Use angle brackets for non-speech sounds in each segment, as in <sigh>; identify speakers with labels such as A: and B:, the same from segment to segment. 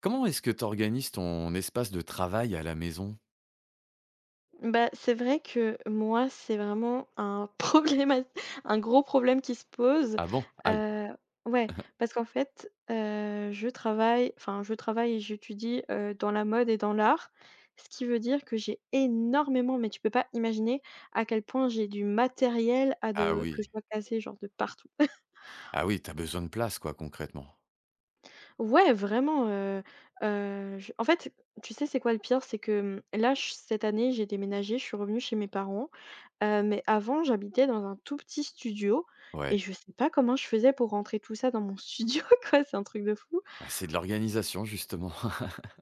A: Comment est-ce que tu organises ton espace de travail à la maison?
B: Bah, c'est vrai que moi, c'est vraiment un <laughs> problème, un gros problème qui se pose.
A: Ah bon? Aïe.
B: Heu, ouais, parce qu'en fait, je travaille, enfin, je travaille et j'étudie, dans la mode et dans l'art, ce qui veut dire que j'ai énormément, mais tu peux pas imaginer à quel point j'ai du matériel à
A: Ah
B: de que je
A: oui.
B: dois casser genre de partout. <laughs>
A: Ah oui, t'as besoin de place quoi, concrètement.
B: Ouais, vraiment, je en fait, tu sais, c'est quoi le pire? C'est que, mmh, là, ch cette année, j'ai déménagé, je suis revenue chez mes parents. Mais avant, j'habitais dans un tout petit studio et
A: Ouais.
B: je sais pas comment je faisais pour rentrer tout ça dans mon studio, <laughs> quoi, c'est un truc de fou.
A: Ah, c'est de l'organisation justement.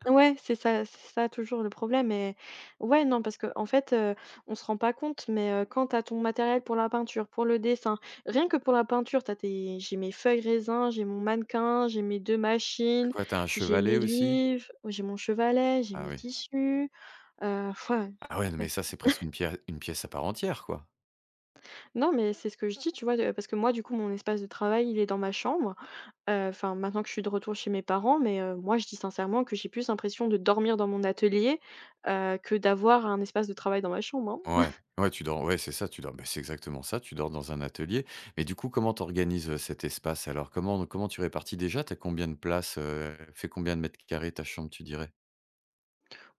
B: Ouais, c'est ça, toujours le problème. Et ouais, non, parce que en fait, on se rend pas compte, mais quand t'as ton matériel pour la peinture, pour le dessin, rien que pour la peinture, t'as tes j'ai mes feuilles raisin, j'ai mon mannequin, j'ai mes 2
A: <laughs>
B: machines,
A: quoi, t'as un
B: j'ai mes
A: chevalet aussi?
B: livres, oh, j'ai mon chevalet, j'ai
A: Ah
B: mes
A: oui.
B: tissus, heu, <laughs> ouais,
A: Ah ouais, non mais
B: ouais.
A: ça, c'est presque une pièce à part entière, quoi.
B: Non, mais c'est ce que je dis, tu vois? Parce que moi, du coup, mon espace de travail, il est dans ma chambre. Enfin, maintenant que je suis de retour chez mes parents, mais moi, je dis sincèrement que j'ai plus l'impression de dormir dans mon atelier, que d'avoir un espace de travail dans ma chambre, hein.
A: Ouais. Ouais, tu dors ouais, c'est ça, tu dors bah, c'est exactement ça, tu dors dans un atelier. Mais du coup, comment t'organises cet espace alors? Comment tu répartis déjà? T'as combien de place, fait combien de mètres carrés ta chambre, tu dirais?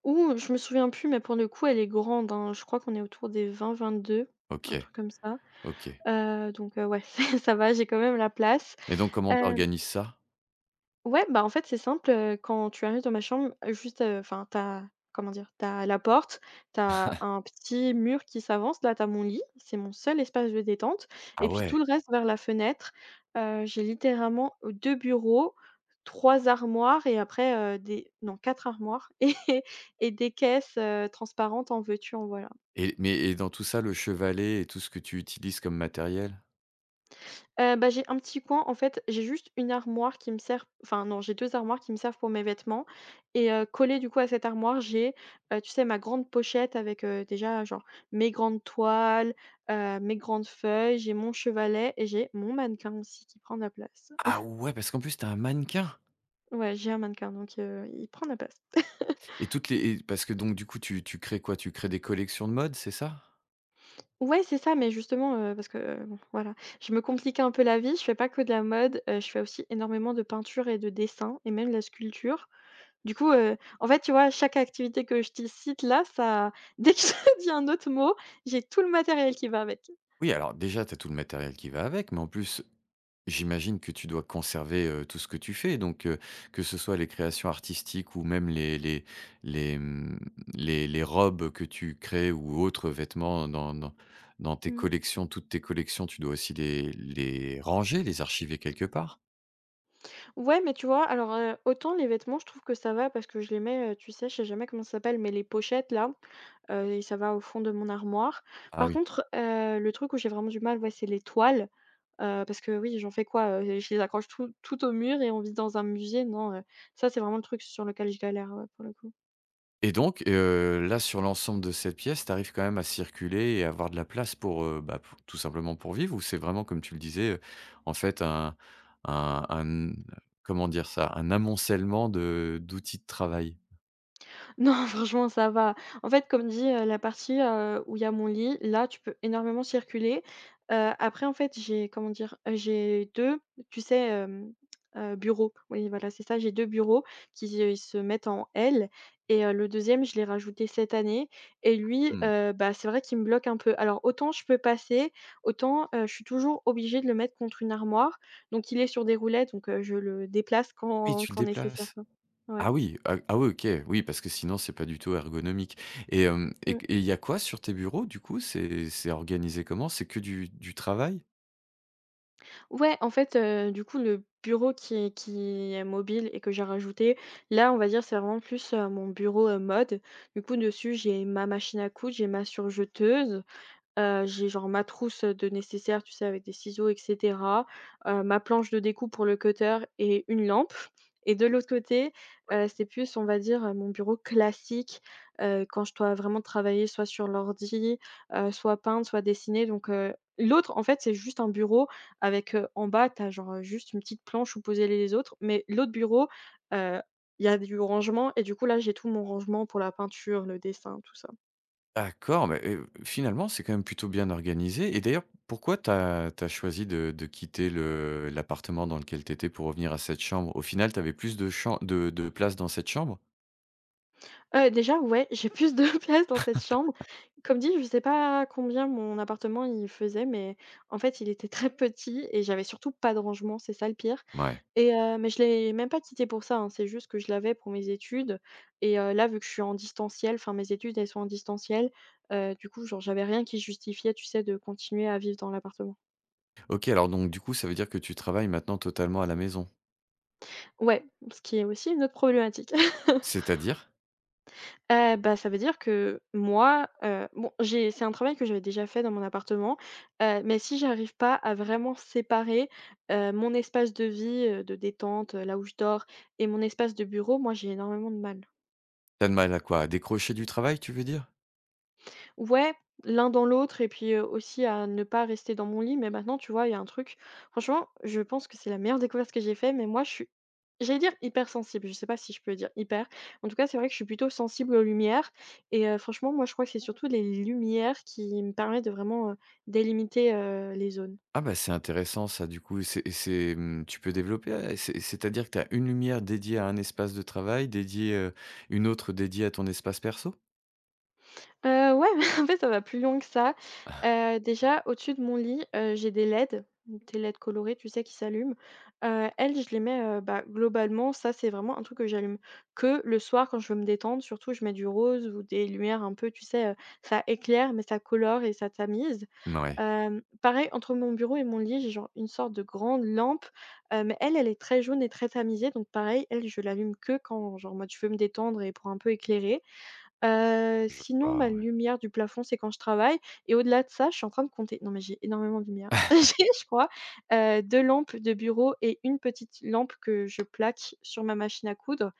B: Ou je me souviens plus, mais pour le coup, elle est grande, hein. Je crois qu'on est autour des 20-22, un
A: OK,
B: truc comme ça.
A: OK
B: Donc ouais, <laughs> ça va, j'ai quand même la place.
A: et donc comment
B: Heu
A: t'organises ça?
B: Ouais, bah, en fait, c'est simple, quand tu arrives dans ma chambre, juste, enfin, t'as, comment dire? T'as la porte, t'as un petit mur qui s'avance, là, t'as mon lit, c'est mon seul espace de détente et
A: Ah
B: puis tout
A: ouais!
B: le reste vers la fenêtre. J'ai littéralement 2 bureaux, 3 armoires et après, des non 4 armoires <laughs> et et des caisses, transparentes en veux-tu, en voilà.
A: Et mais et dans tout ça, le chevalet et tout ce que tu utilises comme matériel?
B: Bah, j'ai un petit coin en fait, j'ai juste une armoire qui me sert enfin non, j'ai 2 armoires qui me servent pour mes vêtements et collé du coup à cette armoire, j'ai, tu sais, ma grande pochette avec, déjà genre mes grandes toiles, mes grandes feuilles, j'ai mon chevalet et j'ai mon mannequin aussi qui prend de la place.
A: Ah ouais, parce qu'en plus, tu un mannequin?
B: Ouais, j'ai un mannequin, donc il prend de la place. <laughs>
A: Et toutes les et parce que donc du coup, tu crées quoi? Tu crées des collections de mode, c'est ça?
B: Ouais, c'est ça, mais justement, parce que, bon voilà, je me complique un peu la vie, je fais pas que de la mode, je fais aussi énormément de peinture et de dessin et même de la sculpture. Du coup, en fait, tu vois, chaque activité que je te cite là, ça <laughs> dès que je te dis un autre mot, j'ai tout le matériel qui va avec.
A: Oui, alors déjà, t'as tout le matériel qui va avec, mais en plus, j'imagine que tu dois conserver, tout ce que tu fais, donc que ce soit les créations artistiques ou même les les, les robes que tu crées ou autres vêtements dans dans tes
B: Mmh.
A: collections, toutes tes collections, tu dois aussi les ranger, les archiver quelque part?
B: Ouais, mais tu vois, alors, autant les vêtements, je trouve que ça va parce que je les mets, tu sais, je sais jamais comment ça s'appelle, mais les pochettes là, et ça va au fond de mon armoire.
A: Ah
B: Par
A: oui.
B: contre, le truc où j'ai vraiment du mal, ouais, c'est les toiles, parce que oui, j'en fais quoi, heu? Je les accroche tout toutes au mur et on vit dans un musée? Non, ça, c'est vraiment le truc sur lequel je galère, ouais, pour le coup.
A: Et donc, là, sur l'ensemble de cette pièce, tu arrives quand même à circuler et à avoir de la place pour, bah, pou tout simplement pour vivre? Ou c'est vraiment comme tu le disais, en fait un un comment dire ça? Un amoncellement de d'outils de travail?
B: Non, <laughs> franchement, ça va. En fait, comme dit, la partie, où il y a mon lit, là, tu peux énormément circuler. Après, en fait, j'ai comment dire? J'ai 2, tu sais, bureaux. Oui, voilà, c'est ça, j'ai 2 bureaux qui, se mettent en L et le deuxième, je l'ai rajouté cette année et lui,
A: Mmh.
B: bah, c'est vrai qu'il me bloque un peu. Alors autant je peux passer, autant, je suis toujours obligée de le mettre contre une armoire. Donc il est sur des roulettes, donc je le déplace
A: Oui,
B: quand
A: tu le
B: quand nécessaire,
A: déplaces.
B: quoi. Ouais.
A: Ah oui, ah oui, OK, oui, parce que sinon c'est pas du tout ergonomique. Et et il y a quoi sur tes bureaux du coup? C'est organisé comment? C'est que du travail?
B: Ouais, en fait, du coup, le bureau qui est mobile et que j'ai rajouté, là, on va dire, c'est vraiment plus, mon bureau, mode. Du coup, dessus, j'ai ma machine à coudre, j'ai ma surjeteuse, j'ai genre ma trousse, de nécessaire, tu sais, avec des ciseaux et cetera, ma planche de découpe pour le cutter et une lampe. Et de l'autre côté, c'est plus, on va dire, mon bureau classique, quand je dois vraiment travailler soit sur l'ordi, soit peindre, soit dessiner, donc l'autre, en fait, c'est juste un bureau avec, en bas, tu as genre, juste une petite planche où poser les autres, mais l'autre bureau, heu, il y a du rangement et du coup, là, j'ai tout mon rangement pour la peinture, le dessin, tout ça.
A: D'accord, mais finalement, c'est quand même plutôt bien organisé et d'ailleurs, pourquoi t'as as choisi de quitter le l'appartement dans lequel t'étais pour revenir à cette chambre? Au final, t'avais plus de cham de place dans cette chambre?
B: Déjà, ouais, j'ai plus de <laughs> place dans cette chambre. Comme dit, je sais pas combien mon appartement il faisait, mais en fait, il était très petit et j'avais surtout pas de rangement, c'est ça le pire.
A: Ouais.
B: Et mais je l'ai même pas quitté pour ça, hein, c'est juste que je l'avais pour mes études et là, vu que je suis en distanciel, enfin mes études, elles sont en distanciel, du coup, genre, j'avais rien qui justifiait, tu sais, de continuer à vivre dans l'appartement.
A: OK, alors donc du coup, ça veut dire que tu travailles maintenant totalement à la maison?
B: Ouais, ce qui est aussi une autre problématique. <laughs>
A: C'est-à-dire?
B: Bah, ça veut dire que moi, bon, j'ai c'est un travail que j'avais déjà fait dans mon appartement, mais si j'arrive pas à vraiment séparer, mon espace de vie, de détente, là où je dors et mon espace de bureau, moi, j'ai énormément de mal.
A: T'as de mal à quoi? À décrocher du travail, tu veux dire?
B: Ouais, l'un dans l'autre et puis, aussi à ne pas rester dans mon lit. Mais maintenant, tu vois, il y a un truc, franchement, je pense que c'est la meilleure découverte que j'ai faite. Mais moi je suis j'allais dire hypersensible, je sais pas si je peux dire hyper. En tout cas, c'est vrai que je suis plutôt sensible aux lumières et franchement, moi je crois que c'est surtout les lumières qui me permettent de vraiment, délimiter, les zones.
A: Ah bah, c'est intéressant ça du coup, tu peux développer, c'est c'est-à-dire que t'as une lumière dédiée à un espace de travail, dédiée, une autre dédiée à ton espace perso?
B: Ouais, <laughs> en fait, ça va plus loin que ça. Déjà, au-dessus de mon lit, j'ai des LED, des LED colorées, tu sais, qui s'allument. Elles, je les mets, bah, globalement, ça, c'est vraiment un truc que j'allume que le soir quand je veux me détendre. Surtout, je mets du rose ou des lumières un peu, tu sais, ça éclaire, mais ça colore et ça tamise.
A: Mouais,
B: Pareil, entre mon bureau et mon lit, j'ai genre une sorte de grande lampe, mais elle, elle est très jaune et très tamisée. Donc pareil, elle, je l'allume que quand, genre, en mode, je veux me détendre et pour un peu éclairer.
A: je
B: Sinon, ma
A: ouais.
B: lumière du plafond, c'est quand je travaille et au-delà de ça, je suis en train de compter. Non, mais j'ai énormément de lumière. <laughs> J'ai, je crois, 2 lampes de bureau et une petite lampe que je plaque sur ma machine à coudre.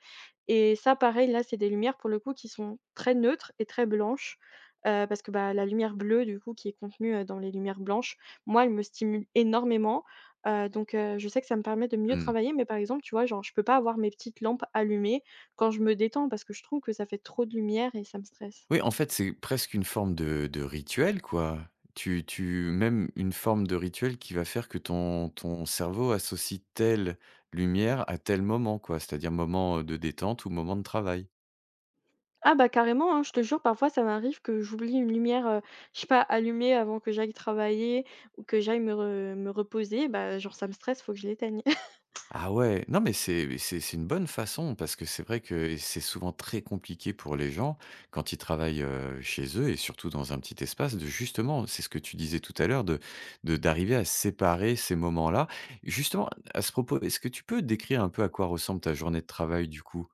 B: Et ça, pareil, là, c'est des lumières pour le coup qui sont très neutres et très blanches, parce que, bah, la lumière bleue du coup qui est contenue, dans les lumières blanches, moi, elle me stimule énormément, donc je sais que ça me permet de mieux
A: Mmh.
B: travailler. Mais par exemple, tu vois, genre, je peux pas avoir mes petites lampes allumées quand je me détends parce que je trouve que ça fait trop de lumière et ça me stresse.
A: Oui, en fait, c'est presque une forme de rituel, quoi. Tu même une forme de rituel qui va faire que ton cerveau associe telle lumière à tel moment, quoi. C'est-à-dire moment, de détente ou moment de travail.
B: Ah bah, carrément, hein, je te jure, parfois ça m'arrive que j'oublie une lumière, je sais pas, allumée avant que j'aille travailler ou que j'aille me reposer, bah, genre ça me stresse, faut que je l'éteigne.
A: Ah ouais, non mais c'est une bonne façon parce que c'est vrai que c'est souvent très compliqué pour les gens quand ils travaillent, chez eux et surtout dans un petit espace de justement, c'est ce que tu disais tout à l'heure de d'arriver à séparer ces moments-là. Justement, à ce propos, est-ce que tu peux décrire un peu à quoi ressemble ta journée de travail du coup?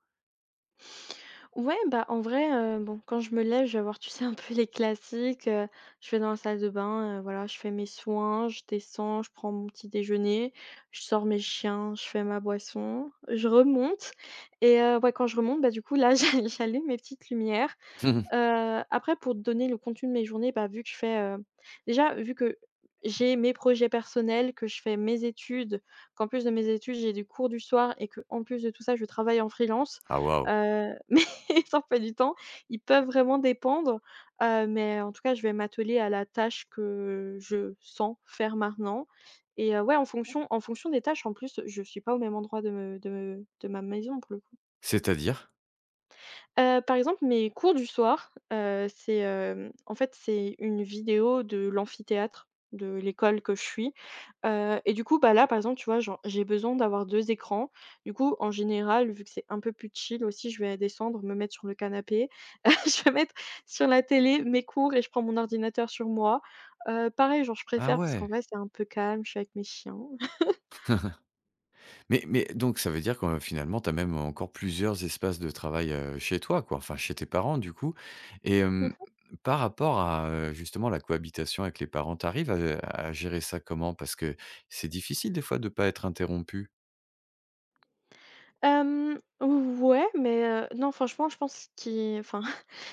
B: Ouais, bah, en vrai, bon, quand je me lève, je vais avoir, tu sais, un peu les classiques, je vais dans la salle de bain, voilà, je fais mes soins, je descends, je prends mon petit déjeuner, je sors mes chiens, je fais ma boisson, je remonte et ouais, quand je remonte, bah, du coup, là, <laughs> j'allume mes petites lumières.
A: <laughs>
B: Après pour te donner le contenu de mes journées, bah, vu que je fais, déjà vu que j'ai mes projets personnels, que je fais mes études, qu'en plus de mes études, j'ai des cours du soir et qu'en plus de tout ça, je travaille en freelance,
A: Ah waouh!
B: <laughs> mes emplois du temps, ils peuvent vraiment dépendre, mais en tout cas, je vais m'atteler à la tâche que je sens faire maintenant et ouais, en fonction des tâches, en plus, je suis pas au même endroit de me de ma maison pour le coup.
A: C'est-à-dire?
B: Par exemple, mes cours du soir, en fait, c'est une vidéo de l'amphithéâtre de l'école que je suis, et du coup, bah, là, par exemple, tu vois, genre, j'ai besoin d'avoir 2 écrans. Du coup, en général, vu que c'est un peu plus chill aussi, je vais descendre, me mettre sur le canapé. <laughs> Je vais mettre sur la télé mes cours et je prends mon ordinateur sur moi. Pareil, genre, je
A: Ah
B: préfère parce qu'en
A: ouais!
B: vrai, c'est un peu calme, je suis avec mes chiens. <laughs>
A: Mais donc ça veut dire que, finalement, tu as même encore plusieurs espaces de travail, chez toi, quoi, enfin chez tes parents, du coup et par rapport à, justement la cohabitation avec les parents, tu arrives à gérer ça comment? Parce que c'est difficile des fois de ne pas être interrompu?
B: Ouais, mais non, franchement, je pense qui enfin,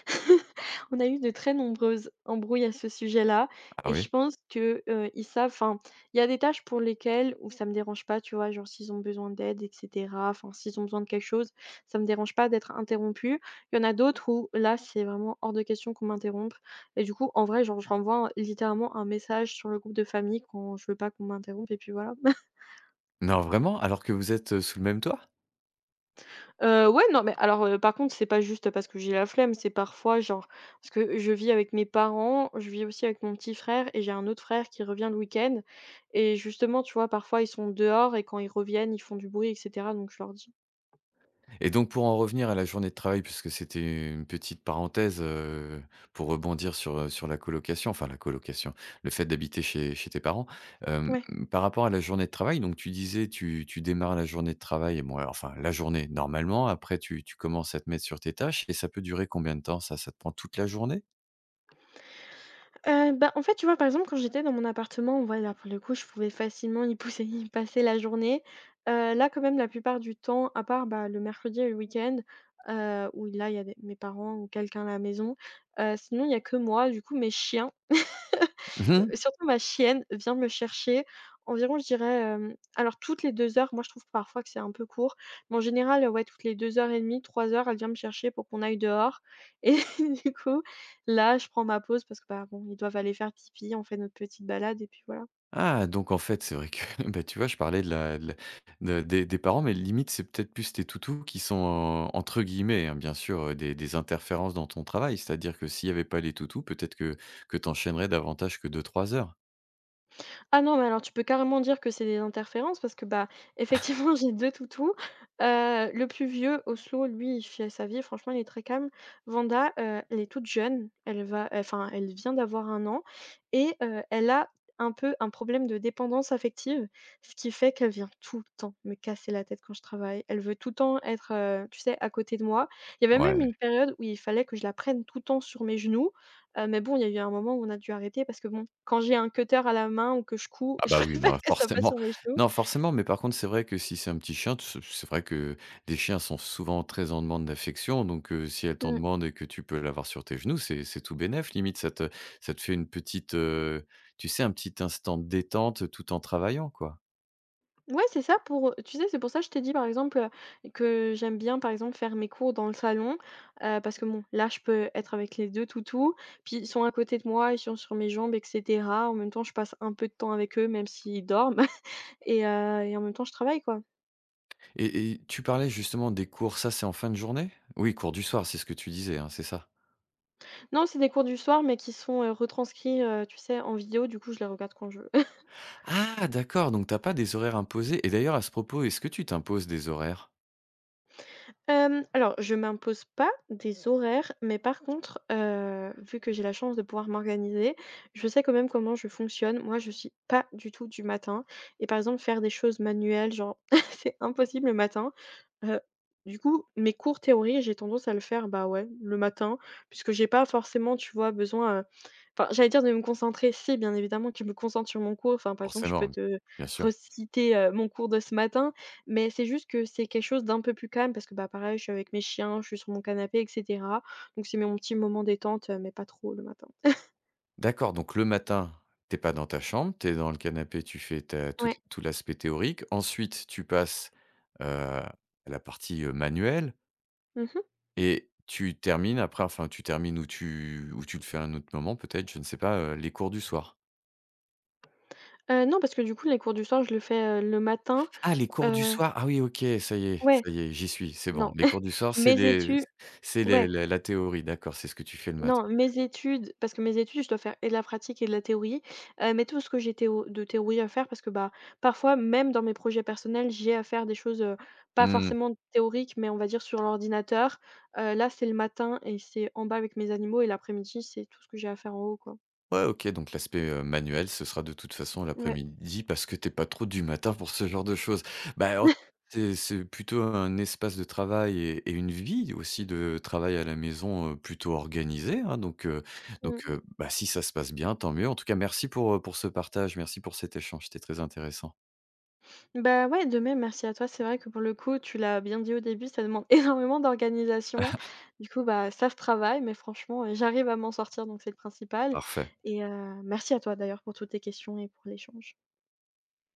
B: <laughs> on a eu de très nombreuses embrouilles à ce sujet-là
A: Ah
B: et je
A: oui?
B: pense que, ils savent enfin, il y a des tâches pour lesquelles où ça me dérange pas, tu vois? Genre s'ils ont besoin d'aide et cetera, enfin, s'ils ont besoin de quelque chose, ça me dérange pas d'être interrompu. Il y en a d'autres où là, c'est vraiment hors de question qu'on m'interrompe et du coup, en vrai, genre, je renvoie littéralement un message sur le groupe de famille quand je veux pas qu'on m'interrompe et puis voilà.
A: Non, vraiment? Alors que vous êtes, sous le même toit?
B: Ouais, non, mais alors, par contre, c'est pas juste parce que j'ai la flemme, c'est parfois genre parce que je vis avec mes parents, je vis aussi avec mon petit frère et j'ai un autre frère qui revient le week-end et justement, tu vois, parfois, ils sont dehors et quand ils reviennent, ils font du bruit et cetera donc je leur dis.
A: Et donc pour en revenir à la journée de travail, puisque c'était une petite parenthèse, pour rebondir sur, sur la colocation, enfin la colocation, le fait d'habiter chez tes parents. Hem,
B: Ouais.
A: par rapport à la journée de travail, donc tu disais tu tu démarres la journée de travail, et bon alors enfin la journée normalement, après tu commences à te mettre sur tes tâches et ça peut durer combien de temps ça? Ça te prend toute la journée?
B: Bah, en fait, tu vois, par exemple, quand j'étais dans mon appartement, voilà pour le coup, je pouvais facilement y pousser <laughs> y passer la journée. Là, quand même, la plupart du temps, à part, bah, le mercredi et le week-end, où là, il y avait mes parents ou quelqu'un à la maison, sinon, il y a que moi, du coup, mes chiens. Surtout ma chienne vient me chercher environ, je dirais, alors toutes les 2 heures, moi je trouve parfois que c'est un peu court, mais en général, ouais, toutes les 2 heures et demie, 3 heures, elle vient me chercher pour qu'on aille dehors <laughs> et du coup, là, je prends ma pause parce que, bah, bon, ils doivent aller faire pipi, on fait notre petite balade et puis voilà.
A: Ah donc en fait, c'est vrai que, <laughs> bah, tu vois, je parlais de la de la de des parents, mais limite, c'est peut-être plus tes toutous qui sont en entre guillemets, hein, bien sûr, des interférences dans ton travail. C'est-à-dire que s'il y avait pas les toutous, peut-être que tu enchaînerais davantage que deux trois heures?
B: Ah non, mais alors tu peux carrément dire que c'est des interférences parce que, bah, effectivement, <laughs> j'ai 2 toutous. Le plus vieux, Oslo, lui, il fait sa vie, franchement, il est très calme. Vanda, elle est toute jeune, elle va enfin, elle vient d'avoir un an et elle a un peu un problème de dépendance affective, ce qui fait qu'elle vient tout le temps me casser la tête quand je travaille. Elle veut tout le temps être, tu sais, à côté de moi. Il y avait même une
A: Ouais.
B: période où il fallait que je la prenne tout le temps sur mes genoux. Mais bon, il y a eu un moment où on a dû arrêter parce que bon, quand j'ai un cutter à la main ou que je couds, <laughs>
A: Ah
B: je
A: bah oui,
B: préfère
A: non,
B: que ça passe
A: forcément.
B: sur mes genoux.
A: Non, forcément, mais par contre, c'est vrai que si c'est un petit chien, t c'est vrai que des chiens sont souvent très en demande d'affection, donc si elle t'en
B: Mmh.
A: demande et que tu peux l'avoir sur tes genoux, c'est tout bénef. Limite, ça te fait une petite, tu sais, un petit instant de détente tout en travaillant, quoi
B: Ouais, c'est ça pour, tu sais, c'est pour ça que je t'ai dit, par exemple, que j'aime bien, par exemple, faire mes cours dans le salon, parce que bon, là, je peux être avec les 2 toutous, puis ils sont à côté de moi, ils sont sur mes jambes et cetera. En même temps, je passe un peu de temps avec eux, même s'ils dorment <laughs> et en même temps, je travaille, quoi.
A: et tu parlais justement des cours, ça, c'est en fin de journée? Oui, cours du soir, c'est ce que tu disais, hein, c'est ça?
B: Non, c'est des cours du soir, mais qui sont, retranscrits, tu sais, en vidéo, du coup, je les regarde quand je
A: Ah d'accord, donc t'as pas des horaires imposés et d'ailleurs, à ce propos, est-ce que tu t'imposes des horaires?
B: Alors je m'impose pas des horaires, mais par contre, vu que j'ai la chance de pouvoir m'organiser, je sais quand même comment je fonctionne. Moi, je suis pas du tout du matin et par exemple faire des choses manuelles, genre, <laughs> c'est impossible le matin. Heu, du coup, mes cours théorie, j'ai tendance à le faire, bah, ouais, le matin, puisque j'ai pas forcément, tu vois, besoin, enfin, j'allais dire de me concentrer. Si, bien évidemment que je me concentre sur mon cours. Enfin, par exemple, je peux
A: Forcément,
B: te
A: bien sûr.
B: reciter, mon cours de ce matin, mais c'est juste que c'est quelque chose d'un peu plus calme parce que, bah, pareil, je suis avec mes chiens, je suis sur mon canapé et cetera. Donc c'est mon petit moment détente, mais pas trop le matin.
A: D'accord, donc le matin, t'es pas dans ta chambre, tu es dans le canapé, tu fais ta tout
B: Ouais.
A: tout l'aspect théorique. Ensuite, tu passes, à la partie, manuelle
B: Mmh mh.
A: et tu termines après enfin tu termines ou tu le fais à un autre moment peut-être, je ne sais pas, les cours du soir?
B: Non, parce que du coup, les cours du soir, je le fais, le matin.
A: Ah, les cours du
B: Heu,
A: soir! Ah oui, OK,
B: ouais,
A: ça y est, j'y suis, c'est bon.
B: non.
A: Les cours
B: <laughs>
A: du soir,
B: Mes étu
A: c'est les
B: ouais.
A: la la théorie, d'accord, c'est ce que tu fais le
B: Non,
A: matin.
B: mes études parce que mes études, je dois faire et de la pratique et de la théorie, mais tout ce que j'ai théo de théorie à faire parce que, bah, parfois, même dans mes projets personnels, j'ai à faire des choses, pas
A: Mmh.
B: forcément théoriques, mais on va dire sur l'ordinateur. Là, c'est le matin et c'est en bas avec mes animaux et l'après-midi, c'est tout ce que j'ai à faire en haut, quoi.
A: Ouais, OK, donc l'aspect, manuel, ce sera de toute façon
B: Ouais.
A: l'après-midi parce que t'es pas trop du matin pour ce genre de choses. Bah, en
B: <laughs>
A: c'est plutôt un espace de travail et une vie aussi de travail à la maison, plutôt organisée, hein, donc donc
B: Mmh.
A: bah, si ça se passe bien, tant mieux. En tout cas, merci pour ce partage, merci pour cet échange, c'était très intéressant.
B: Bah, ouais, de même, merci à toi. C'est vrai que pour le coup, tu l'as bien dit au début, ça demande <laughs> énormément d'organisation. Du coup, bah, ça se travaille, mais franchement, j'arrive à m'en sortir, donc c'est le principal
A: Parfait.
B: et merci à toi d'ailleurs pour toutes tes questions et pour l'échange.